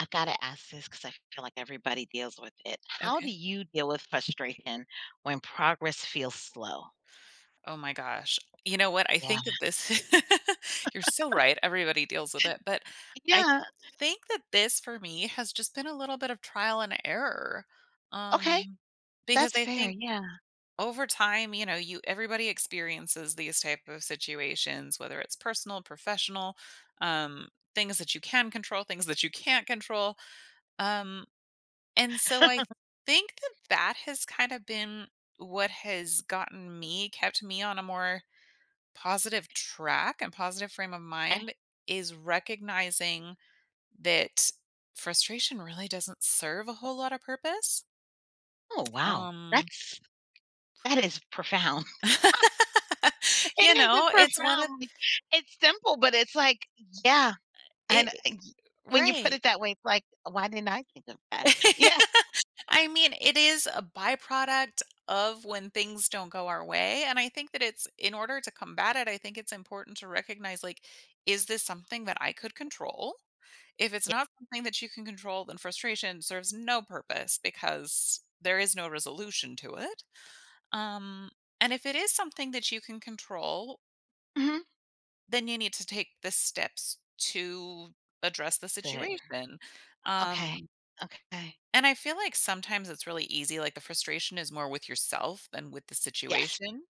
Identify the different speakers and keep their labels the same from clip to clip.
Speaker 1: I gotta ask this because I feel like everybody deals with it. How
Speaker 2: Okay.
Speaker 1: do you deal with frustration when progress feels slow?
Speaker 2: Oh my gosh. You know what? I
Speaker 1: Yeah.
Speaker 2: think that this you're so right. Everybody deals with it, but I
Speaker 1: Yeah.
Speaker 2: think that this for me has just been a little bit of trial and error.
Speaker 1: Okay.
Speaker 2: Um because
Speaker 1: That's
Speaker 2: I
Speaker 1: fair.
Speaker 2: think
Speaker 1: Yeah.
Speaker 2: over time, you know, you everybody experiences these type of situations, whether it's personal, professional, um things that you can control, things that you can't control. Um and so I think that that has kind of been what has gotten me kept me on a more positive track and positive frame of
Speaker 1: Okay.
Speaker 2: mind is recognizing that frustration really doesn't serve a whole lot of purpose.
Speaker 1: Oh wow.
Speaker 2: Um,
Speaker 1: That is profound. it
Speaker 2: you
Speaker 1: is
Speaker 2: know,
Speaker 1: it's
Speaker 2: it's one of
Speaker 1: profound. Like, it's simple, but it's like, yeah.
Speaker 2: it,
Speaker 1: And when you put
Speaker 2: right.
Speaker 1: it that way, it's like, why didn't I think of that? Yeah.
Speaker 2: I mean, it is a byproduct of when things don't go our way. And I think that it's in order to combat it, I think it's important to recognize, like, is this something that I could control? If it's not something that you can control, then frustration serves no purpose because there is no resolution to it. Um, and if it is something that you can control,
Speaker 1: Hmm.
Speaker 2: then you need to take the steps to address the
Speaker 1: That's it.
Speaker 2: situation. Um,
Speaker 1: Okay. Okay.
Speaker 2: and I feel like sometimes it's really easy, like, the frustration is more with yourself than with the
Speaker 1: Yes.
Speaker 2: situation.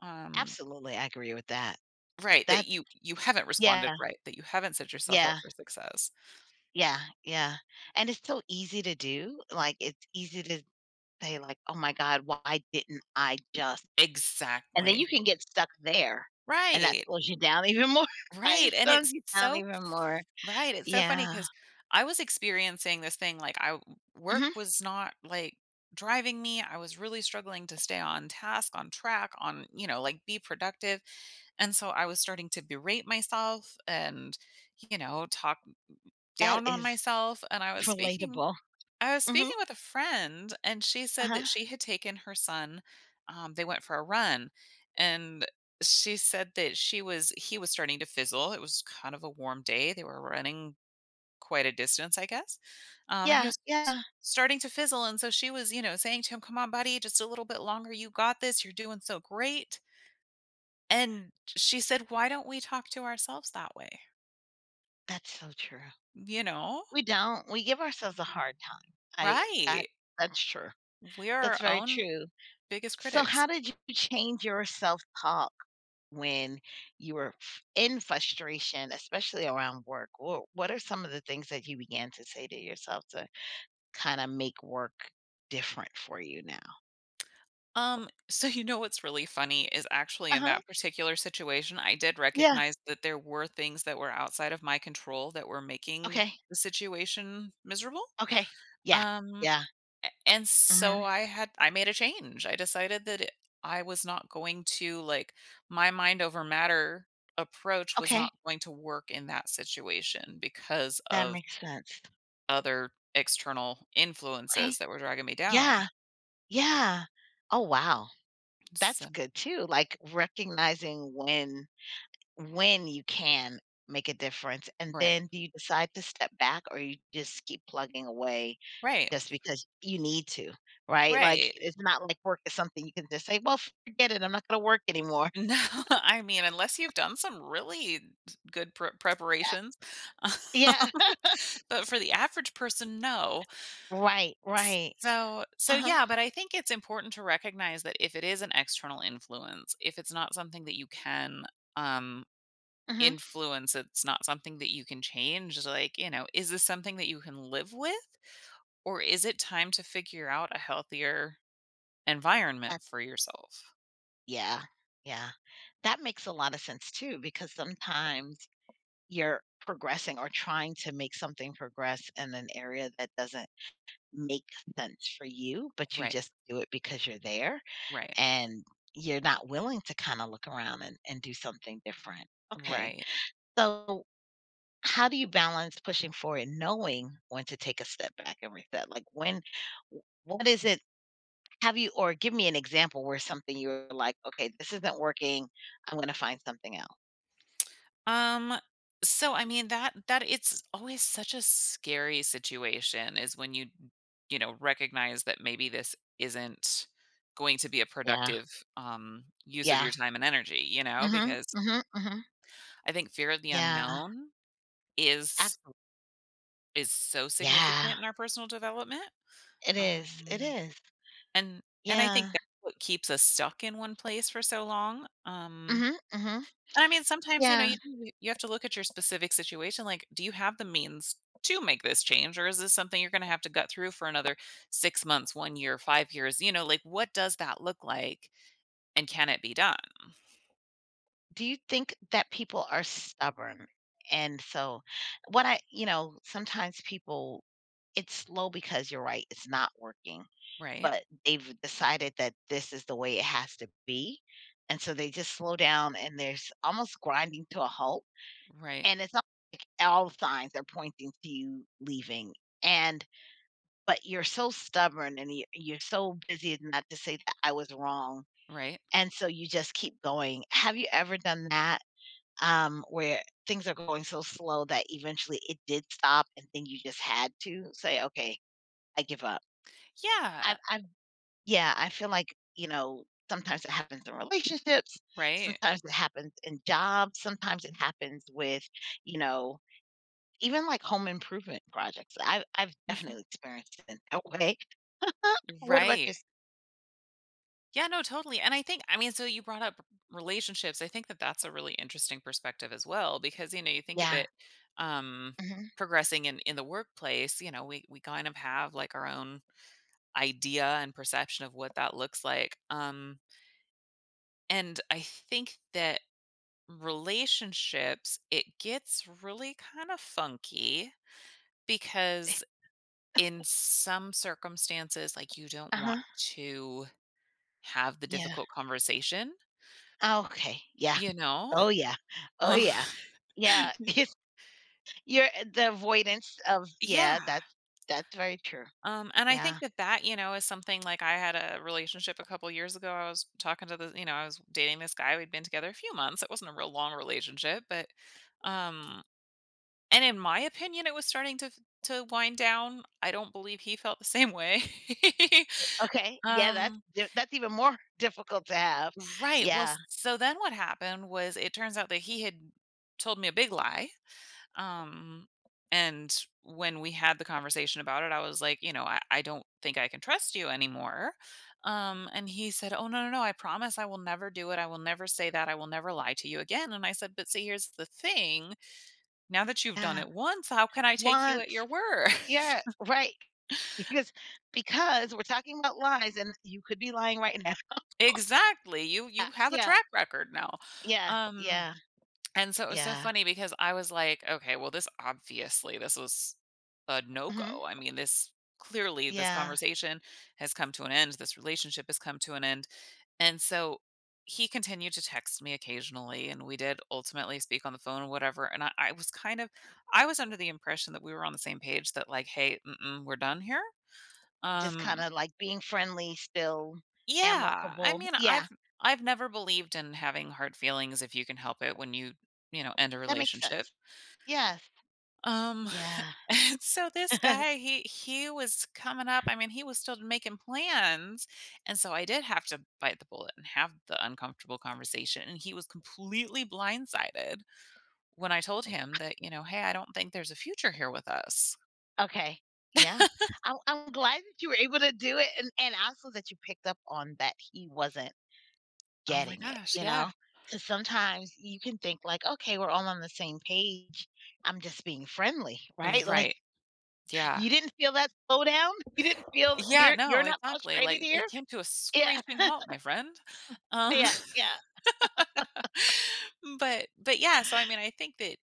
Speaker 2: Um
Speaker 1: Absolutely. I agree with that.
Speaker 2: Right, that
Speaker 1: That's
Speaker 2: you haven't responded
Speaker 1: yeah.
Speaker 2: right, that you haven't set yourself up
Speaker 1: Yeah.
Speaker 2: for success.
Speaker 1: Yeah, yeah, and it's so easy to do, like, it's easy to say, like, "Oh my god, why didn't I just," and then you
Speaker 2: Exactly.
Speaker 1: can get stuck there, and that
Speaker 2: Right,
Speaker 1: slows you down even more.
Speaker 2: right,
Speaker 1: It
Speaker 2: and
Speaker 1: slows
Speaker 2: it's
Speaker 1: you down
Speaker 2: so
Speaker 1: even more.
Speaker 2: right, it's so funny
Speaker 1: Yeah.
Speaker 2: because I was experiencing this thing, like, I work
Speaker 1: Mhm.
Speaker 2: was not, like, driving me, I was really struggling to stay on task, on track, on you know, like, be productive, and so I was starting to berate myself and, you know, talk
Speaker 1: That
Speaker 2: down on
Speaker 1: is
Speaker 2: myself and
Speaker 1: relatable.
Speaker 2: I was
Speaker 1: Mhm.
Speaker 2: speaking with a friend and she said that
Speaker 1: Uh-huh.
Speaker 2: she had taken her son, they went for a run and she said that she was he was starting to fizzle. It was kind of a warm day. They were running quite a distance, I guess. And he
Speaker 1: Yeah,
Speaker 2: was s-
Speaker 1: yeah.
Speaker 2: starting to fizzle and so she was, you know, saying to him, "Come on, buddy, just a little bit longer. You got this. You're doing so great." And she said, "Why don't we talk to ourselves that way?"
Speaker 1: That's so true.
Speaker 2: You know?
Speaker 1: We don't. We give ourselves a hard time. I
Speaker 2: Right.
Speaker 1: that that's true.
Speaker 2: We're
Speaker 1: That's
Speaker 2: our
Speaker 1: very
Speaker 2: own
Speaker 1: true.
Speaker 2: biggest
Speaker 1: So how
Speaker 2: critics.
Speaker 1: did you change your self-talk? When you were in frustration, especially around work? What are some of the things that you began to say to yourself to kind of make work different for you now?
Speaker 2: So you know what's really funny is actually
Speaker 1: Uh
Speaker 2: in
Speaker 1: huh.
Speaker 2: that particular situation, I did
Speaker 1: Yeah.
Speaker 2: recognize that there were things that were outside of my control that were making
Speaker 1: Okay.
Speaker 2: the situation miserable.
Speaker 1: Okay. Yeah.
Speaker 2: Um,
Speaker 1: Yeah.
Speaker 2: and
Speaker 1: Hmm.
Speaker 2: so I made a change. I decided that I was not going to like my mind over matter approach was
Speaker 1: Okay.
Speaker 2: not going to work in that situation because
Speaker 1: That
Speaker 2: of
Speaker 1: makes sense.
Speaker 2: other external
Speaker 1: Okay.
Speaker 2: influences that were dragging me down.
Speaker 1: Yeah. Yeah. Oh, wow. That's
Speaker 2: So,
Speaker 1: good too. Like recognizing when you can make a difference. And
Speaker 2: right.
Speaker 1: then do you decide to step back or you just keep plugging away
Speaker 2: Right.
Speaker 1: just because you need to, right? Like,
Speaker 2: Right.
Speaker 1: it's not like work is something you can just say, "Well, forget it, I'm not gonna work anymore."
Speaker 2: No, I mean, unless you've done some really good
Speaker 1: Uh,
Speaker 2: preparations,
Speaker 1: yeah.
Speaker 2: but for the average person, no.
Speaker 1: Right, right.
Speaker 2: So,
Speaker 1: Uh-huh,
Speaker 2: yeah, but I think it's important to recognize that if it is an external influence, if it's not something that you can, um,
Speaker 1: mhm.
Speaker 2: influence, it's not something that you can change, like, you know, is this something that you can live with? Or is it time to figure out a healthier environment
Speaker 1: That
Speaker 2: for yourself?
Speaker 1: yeah, yeah. That makes a lot of sense too because sometimes you're progressing or trying to make something progress in an area that doesn't make sense for you, but you
Speaker 2: Right,
Speaker 1: just do it because you're there,
Speaker 2: right,
Speaker 1: and you're not willing to kinda look around and do something different. Okay.
Speaker 2: right.
Speaker 1: So how do you balance pushing forward and knowing when to take a step back and reset? Like when w what is it, have you, or give me an example where something you were like, "Okay, this isn't working. I'm gonna find something else."
Speaker 2: Um, so I mean that it's always such a scary situation is when you know recognize that maybe this isn't going to be a
Speaker 1: Yeah.
Speaker 2: productive use of your
Speaker 1: Yeah.
Speaker 2: time and energy, you know,
Speaker 1: Mhm.
Speaker 2: because
Speaker 1: Mhm. Mhm.
Speaker 2: I think fear of the
Speaker 1: Yeah.
Speaker 2: unknown is
Speaker 1: Absolutely.
Speaker 2: is so
Speaker 1: Yeah.
Speaker 2: significant in our personal development.
Speaker 1: It is. It
Speaker 2: Um
Speaker 1: is.
Speaker 2: and and I think
Speaker 1: Yeah.
Speaker 2: that's what keeps us stuck in one place for so long.
Speaker 1: Mhm. Mhm.
Speaker 2: And I mean, sometimes, you know,
Speaker 1: Yeah.
Speaker 2: you have to look at your specific situation. Like, do you have the means to make this change, or is this something you're going to have to gut through for another 6 months, 1 year, 5 years? You know, like what does that look like, and can it be done?
Speaker 1: Do you think that people are stubborn? And so what I you know, sometimes people, it's slow because you're right, it's not working,
Speaker 2: Right,
Speaker 1: but they've decided that this is the way it has to be, and so they just slow down and there's almost grinding to a halt,
Speaker 2: right,
Speaker 1: and it's not like all signs are pointing to you leaving, and but you're so stubborn and you're so busy not to say that I was wrong,
Speaker 2: right.
Speaker 1: and so you just keep going. Have you ever done that, where things are going so slow that eventually it did stop and then you just had to say, "Okay, I give up"?
Speaker 2: Yeah,
Speaker 1: I've yeah, I feel like, you know, sometimes it happens in relationships,
Speaker 2: right,
Speaker 1: sometimes it happens in jobs, sometimes it happens with, you know, even like home improvement projects. I've
Speaker 2: Mhm.
Speaker 1: definitely experienced it in that way. What about
Speaker 2: right.
Speaker 1: this?
Speaker 2: Yeah, no, totally. And I think, I mean, so you brought up relationships. I think that that's a really interesting perspective as well, because you know, you think of
Speaker 1: Yeah.
Speaker 2: it. um
Speaker 1: Hmm.
Speaker 2: Progressing in the workplace, you know, we kind of have like our own idea and perception of what that looks like. And I think that relationships, it gets really kind of funky because in some circumstances, like you don't want
Speaker 1: Uh-huh.
Speaker 2: to have the
Speaker 1: Yeah.
Speaker 2: difficult conversation,
Speaker 1: Okay. Yeah.
Speaker 2: you know?
Speaker 1: Oh yeah. Oh
Speaker 2: Um,
Speaker 1: yeah. Yeah. It's the avoidance of yeah,
Speaker 2: yeah.
Speaker 1: that's very true.
Speaker 2: And I
Speaker 1: Yeah.
Speaker 2: think that that, you know, is something like I had a relationship a couple years ago. I was talking to the, you know, I was dating this guy. We'd been together a few months. It wasn't a real long relationship, but, um, and in my opinion, it was starting to wind down. I don't believe he felt the same way.
Speaker 1: Okay. Yeah,
Speaker 2: um,
Speaker 1: that's even more difficult to have.
Speaker 2: right. Well,
Speaker 1: Yeah.
Speaker 2: so then what happened was it turns out that he had told me a big lie. Um, and when we had the conversation about it, I was like, you know, I don't think I can trust you anymore. And he said, "Oh, no, no, no, I promise I will never do it. I will never say that. I will never lie to you again." And I said, "But see, here's the thing. Now that you've done
Speaker 1: Yeah.
Speaker 2: it once, how can I take you
Speaker 1: One.
Speaker 2: at your word?"
Speaker 1: Yeah, right. Because because we're talking about lies and you could be lying right now.
Speaker 2: Exactly. You have a
Speaker 1: Yeah,
Speaker 2: track record now.
Speaker 1: yeah,
Speaker 2: Um
Speaker 1: yeah,
Speaker 2: And so it was so
Speaker 1: yeah, yeah.
Speaker 2: funny because I was like, okay, well, this obviously this was a
Speaker 1: Mhm.
Speaker 2: no-go. I mean, this clearly this
Speaker 1: Yeah.
Speaker 2: conversation has come to an end. This relationship has come to an end. And so he continued to text me occasionally and we did ultimately speak on the phone or whatever. And I was kind of I was under the impression that we were on the same page that, like, hey, mm-mm, we're done here.
Speaker 1: Just kind
Speaker 2: Um
Speaker 1: of like being friendly, still
Speaker 2: yeah. I
Speaker 1: amicable.
Speaker 2: mean,
Speaker 1: Yeah,
Speaker 2: I've never believed in having hard feelings if you can help it when you know, end a
Speaker 1: that makes
Speaker 2: relationship.
Speaker 1: sense. Yes.
Speaker 2: Um,
Speaker 1: Yeah.
Speaker 2: and so this guy, he was coming up. I mean, he was still making plans, and so I did have to bite the bullet and have the uncomfortable conversation. And he was completely blindsided when I told him that, you know, hey, I don't think there's a future here with us.
Speaker 1: Okay. Yeah. I'm glad that you were able to do it, and also that you picked up on that he wasn't
Speaker 2: Oh my
Speaker 1: getting it,
Speaker 2: gosh,
Speaker 1: you
Speaker 2: yeah.
Speaker 1: know? Because sometimes you can think like, okay, we're all on the same page. I'm just being friendly, right? Like,
Speaker 2: Right. Yeah.
Speaker 1: you didn't feel that slowdown? You didn't feel th-
Speaker 2: Yeah,
Speaker 1: you're
Speaker 2: no,
Speaker 1: you're not
Speaker 2: exactly.
Speaker 1: frustrated
Speaker 2: Like it
Speaker 1: here?
Speaker 2: came to a
Speaker 1: Yeah,
Speaker 2: screeching halt, my friend. Um
Speaker 1: yeah, yeah,
Speaker 2: but yeah, so I mean I think that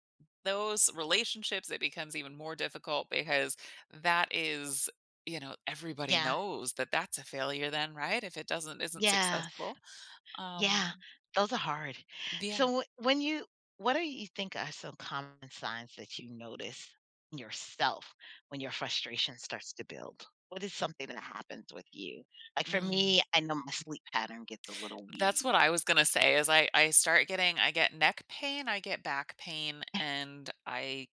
Speaker 2: those relationships it becomes even more difficult because that is, you know, everybody
Speaker 1: yeah,
Speaker 2: knows that that's a failure then, right, if it doesn't isn't
Speaker 1: yes,
Speaker 2: successful. um
Speaker 1: yeah, those are hard.
Speaker 2: yeah.
Speaker 1: So when you, what do you think are some common signs that you notice in yourself when your frustration starts to build? What is something that happens with you? Like for
Speaker 2: Mm.
Speaker 1: me, I know my sleep pattern gets a little
Speaker 2: That's what
Speaker 1: weird.
Speaker 2: I was gonna say is I start getting I get neck pain, I get back pain,
Speaker 1: Yeah,
Speaker 2: and I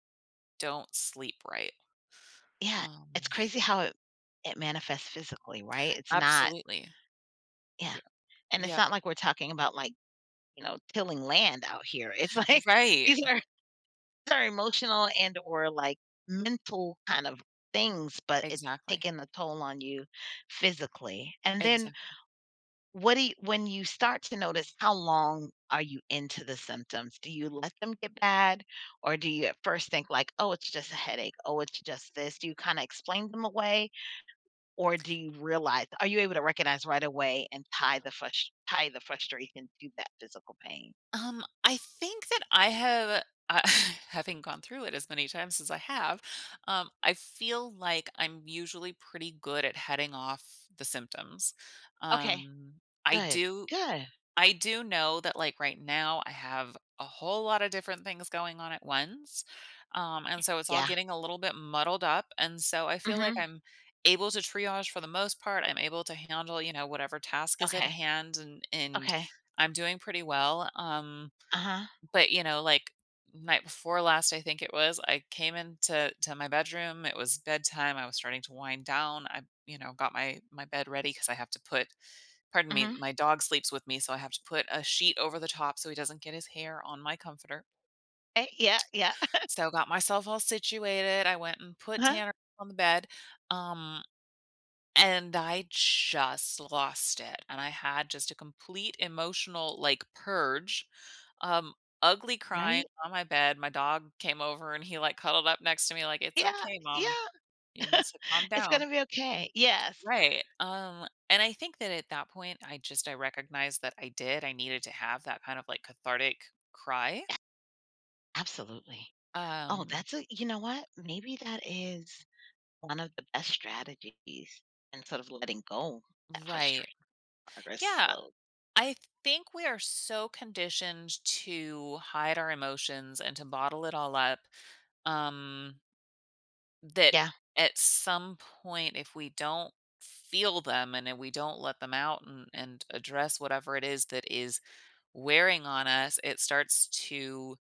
Speaker 2: don't sleep right.
Speaker 1: yeah,
Speaker 2: Um
Speaker 1: it's crazy how it manifests physically, right? It's not
Speaker 2: Absolutely.
Speaker 1: yeah.
Speaker 2: Yeah.
Speaker 1: And it's
Speaker 2: Yeah.
Speaker 1: not like we're talking about like, you know, tilling land out here. It's like
Speaker 2: Right.
Speaker 1: these are these are emotional and or like mental kind of things, but it's
Speaker 2: Exactly.
Speaker 1: taking a toll on you physically. And then
Speaker 2: Exactly.
Speaker 1: what do you, when you start to notice, how long are you into the symptoms? Do you let them get bad or do you at first think like, "Oh, it's just a headache. Oh, it's just this." Do you kind of explain them away, or do you realize, are you able to recognize right away and tie tie the frustration to that physical pain?
Speaker 2: I think that I have, uh, having gone through it as many times as I have, I feel like I'm usually pretty good at heading off the symptoms.
Speaker 1: Okay.
Speaker 2: Um, I
Speaker 1: Good,
Speaker 2: do,
Speaker 1: good.
Speaker 2: I do know that like right now I have a whole lot of different things going on at once. And so it's all
Speaker 1: Yeah.
Speaker 2: getting a little bit muddled up. And so I feel like
Speaker 1: Mhm.
Speaker 2: I'm able to triage for the most part. I'm able to handle, you know, whatever task is at
Speaker 1: Okay,
Speaker 2: hand, and
Speaker 1: okay.
Speaker 2: I'm doing pretty well.
Speaker 1: Uh-huh.
Speaker 2: But, you know, like, night before last, I think it was, I came into to my bedroom, it was bedtime, I was starting to wind down, I, you know, got my bed ready because I have to put pardon me,
Speaker 1: Mhm.
Speaker 2: my dog sleeps with me, so I have to put a sheet over the top so he doesn't get his hair on my comforter.
Speaker 1: Eh, yeah, yeah.
Speaker 2: So, got myself all situated, I went and put
Speaker 1: Uh-huh.
Speaker 2: Tanner on the bed, um and I just lost it, and I had just a complete emotional, like, purge, um, ugly crying
Speaker 1: Right?
Speaker 2: on my bed, my dog came over and he, like, cuddled up next to me like, "It's
Speaker 1: Yeah,
Speaker 2: okay, mom,
Speaker 1: yeah.
Speaker 2: you need to calm
Speaker 1: It's
Speaker 2: down."
Speaker 1: gonna be okay. Yes,
Speaker 2: Right, and I think that at that point, I recognized that I did, I needed to have that kind of, like, cathartic cry.
Speaker 1: absolutely. Oh,
Speaker 2: Um,
Speaker 1: that's a, you know what? Maybe that is one of the best strategies in sort of letting go that
Speaker 2: right.
Speaker 1: frustrating progress
Speaker 2: Yeah.
Speaker 1: slow.
Speaker 2: I think we are so conditioned to hide our emotions and to bottle it all up, um, that
Speaker 1: Yeah,
Speaker 2: at some point, if we don't feel them and if we don't let them out and address whatever it is that is wearing on us, it starts to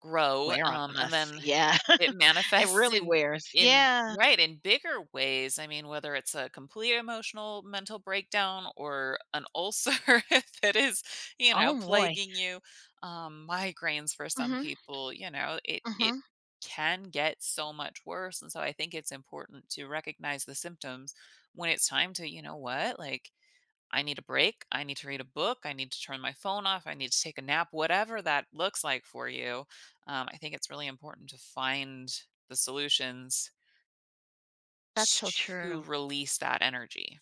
Speaker 2: grow,
Speaker 1: wear on
Speaker 2: and
Speaker 1: us.
Speaker 2: then
Speaker 1: Yeah,
Speaker 2: it
Speaker 1: it
Speaker 2: manifests
Speaker 1: really wears.
Speaker 2: in
Speaker 1: Yeah.
Speaker 2: right, in bigger ways. I mean, whether it's a complete emotional mental breakdown or an ulcer that is, you know,
Speaker 1: Oh, boy.
Speaker 2: plaguing you, migraines for some
Speaker 1: Mhm,
Speaker 2: people, you know, it
Speaker 1: mhm.
Speaker 2: can get so much worse. And so I think it's important to recognize the symptoms when it's time to, you know what, like I need a break. I need to read a book. I need to turn my phone off. I need to take a nap, whatever that looks like for you. I think it's really important to find the solutions
Speaker 1: That's so
Speaker 2: to
Speaker 1: true.
Speaker 2: release that energy.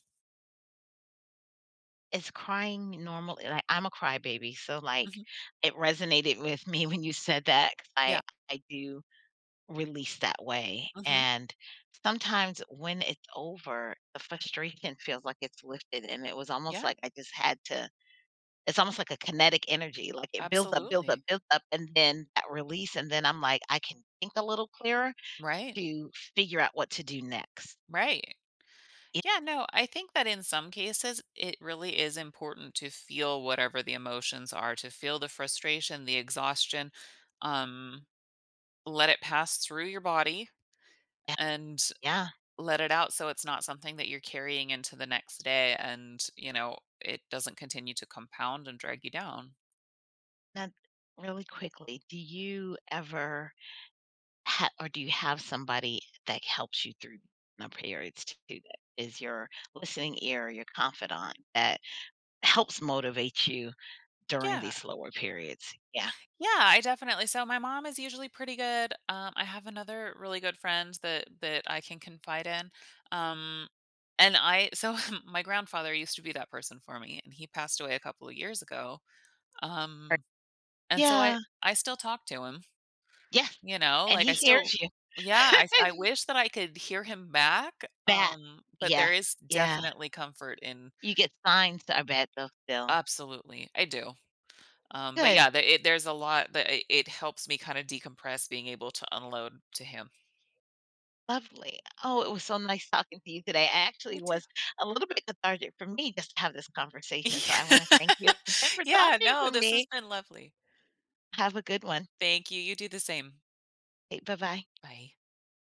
Speaker 1: Is crying normal? Like, I'm a crybaby, so, like,
Speaker 2: Hmm.
Speaker 1: it resonated with me when you said that 'cause
Speaker 2: Yeah.
Speaker 1: I do release that way,
Speaker 2: Hmm.
Speaker 1: and sometimes when it's over, the frustration feels like it's lifted, and it was almost
Speaker 2: Yeah.
Speaker 1: like I just had to, it's almost like a kinetic energy, like, it builds up, builds up,
Speaker 2: Absolutely.
Speaker 1: builds up, and then that release, and then I'm like, I can think a little clearer
Speaker 2: Right.
Speaker 1: to figure out what to do next.
Speaker 2: Right. Yeah. No, I think that in some cases, it really is important to feel whatever the emotions are, to feel the frustration, the exhaustion. Um, let it pass through your body
Speaker 1: Yeah,
Speaker 2: and
Speaker 1: yeah,
Speaker 2: let it out so it's not something that you're carrying into the next day and, you know, it doesn't continue to compound and drag you down.
Speaker 1: that really quickly, do you ever, Ha or do you have somebody that helps you through the periods too, that is your listening ear, your confidant that helps motivate you during
Speaker 2: Yeah.
Speaker 1: these slower periods? Yeah.
Speaker 2: Yeah, I definitely so my mom is usually pretty good. I have another really good friend that I can confide in. Um, and I so my grandfather used to be that person for me and he passed away a couple of years ago.
Speaker 1: Right.
Speaker 2: Um, and so
Speaker 1: Yeah.
Speaker 2: I still talk to him.
Speaker 1: Yes,
Speaker 2: You know,
Speaker 1: and
Speaker 2: like,
Speaker 1: he
Speaker 2: I still
Speaker 1: hears you.
Speaker 2: yeah, I wish that I could hear him back,
Speaker 1: That
Speaker 2: but
Speaker 1: yeah,
Speaker 2: there is
Speaker 1: yeah.
Speaker 2: definitely comfort in
Speaker 1: You get signs, I bet, though, still.
Speaker 2: absolutely, I do. But
Speaker 1: Good,
Speaker 2: yeah, the it there's a lot that it helps me kinda decompress being able to unload to him.
Speaker 1: lovely. Oh, it was so nice talking to you today. I
Speaker 2: You
Speaker 1: actually
Speaker 2: too.
Speaker 1: was a little bit cathartic for me just to have this conversation, so I wanna thank you again for
Speaker 2: Yeah,
Speaker 1: talking
Speaker 2: no,
Speaker 1: to
Speaker 2: this has
Speaker 1: me.
Speaker 2: been lovely.
Speaker 1: Have a good one.
Speaker 2: Thank you, you do the same.
Speaker 1: Bye bye.
Speaker 2: Bye.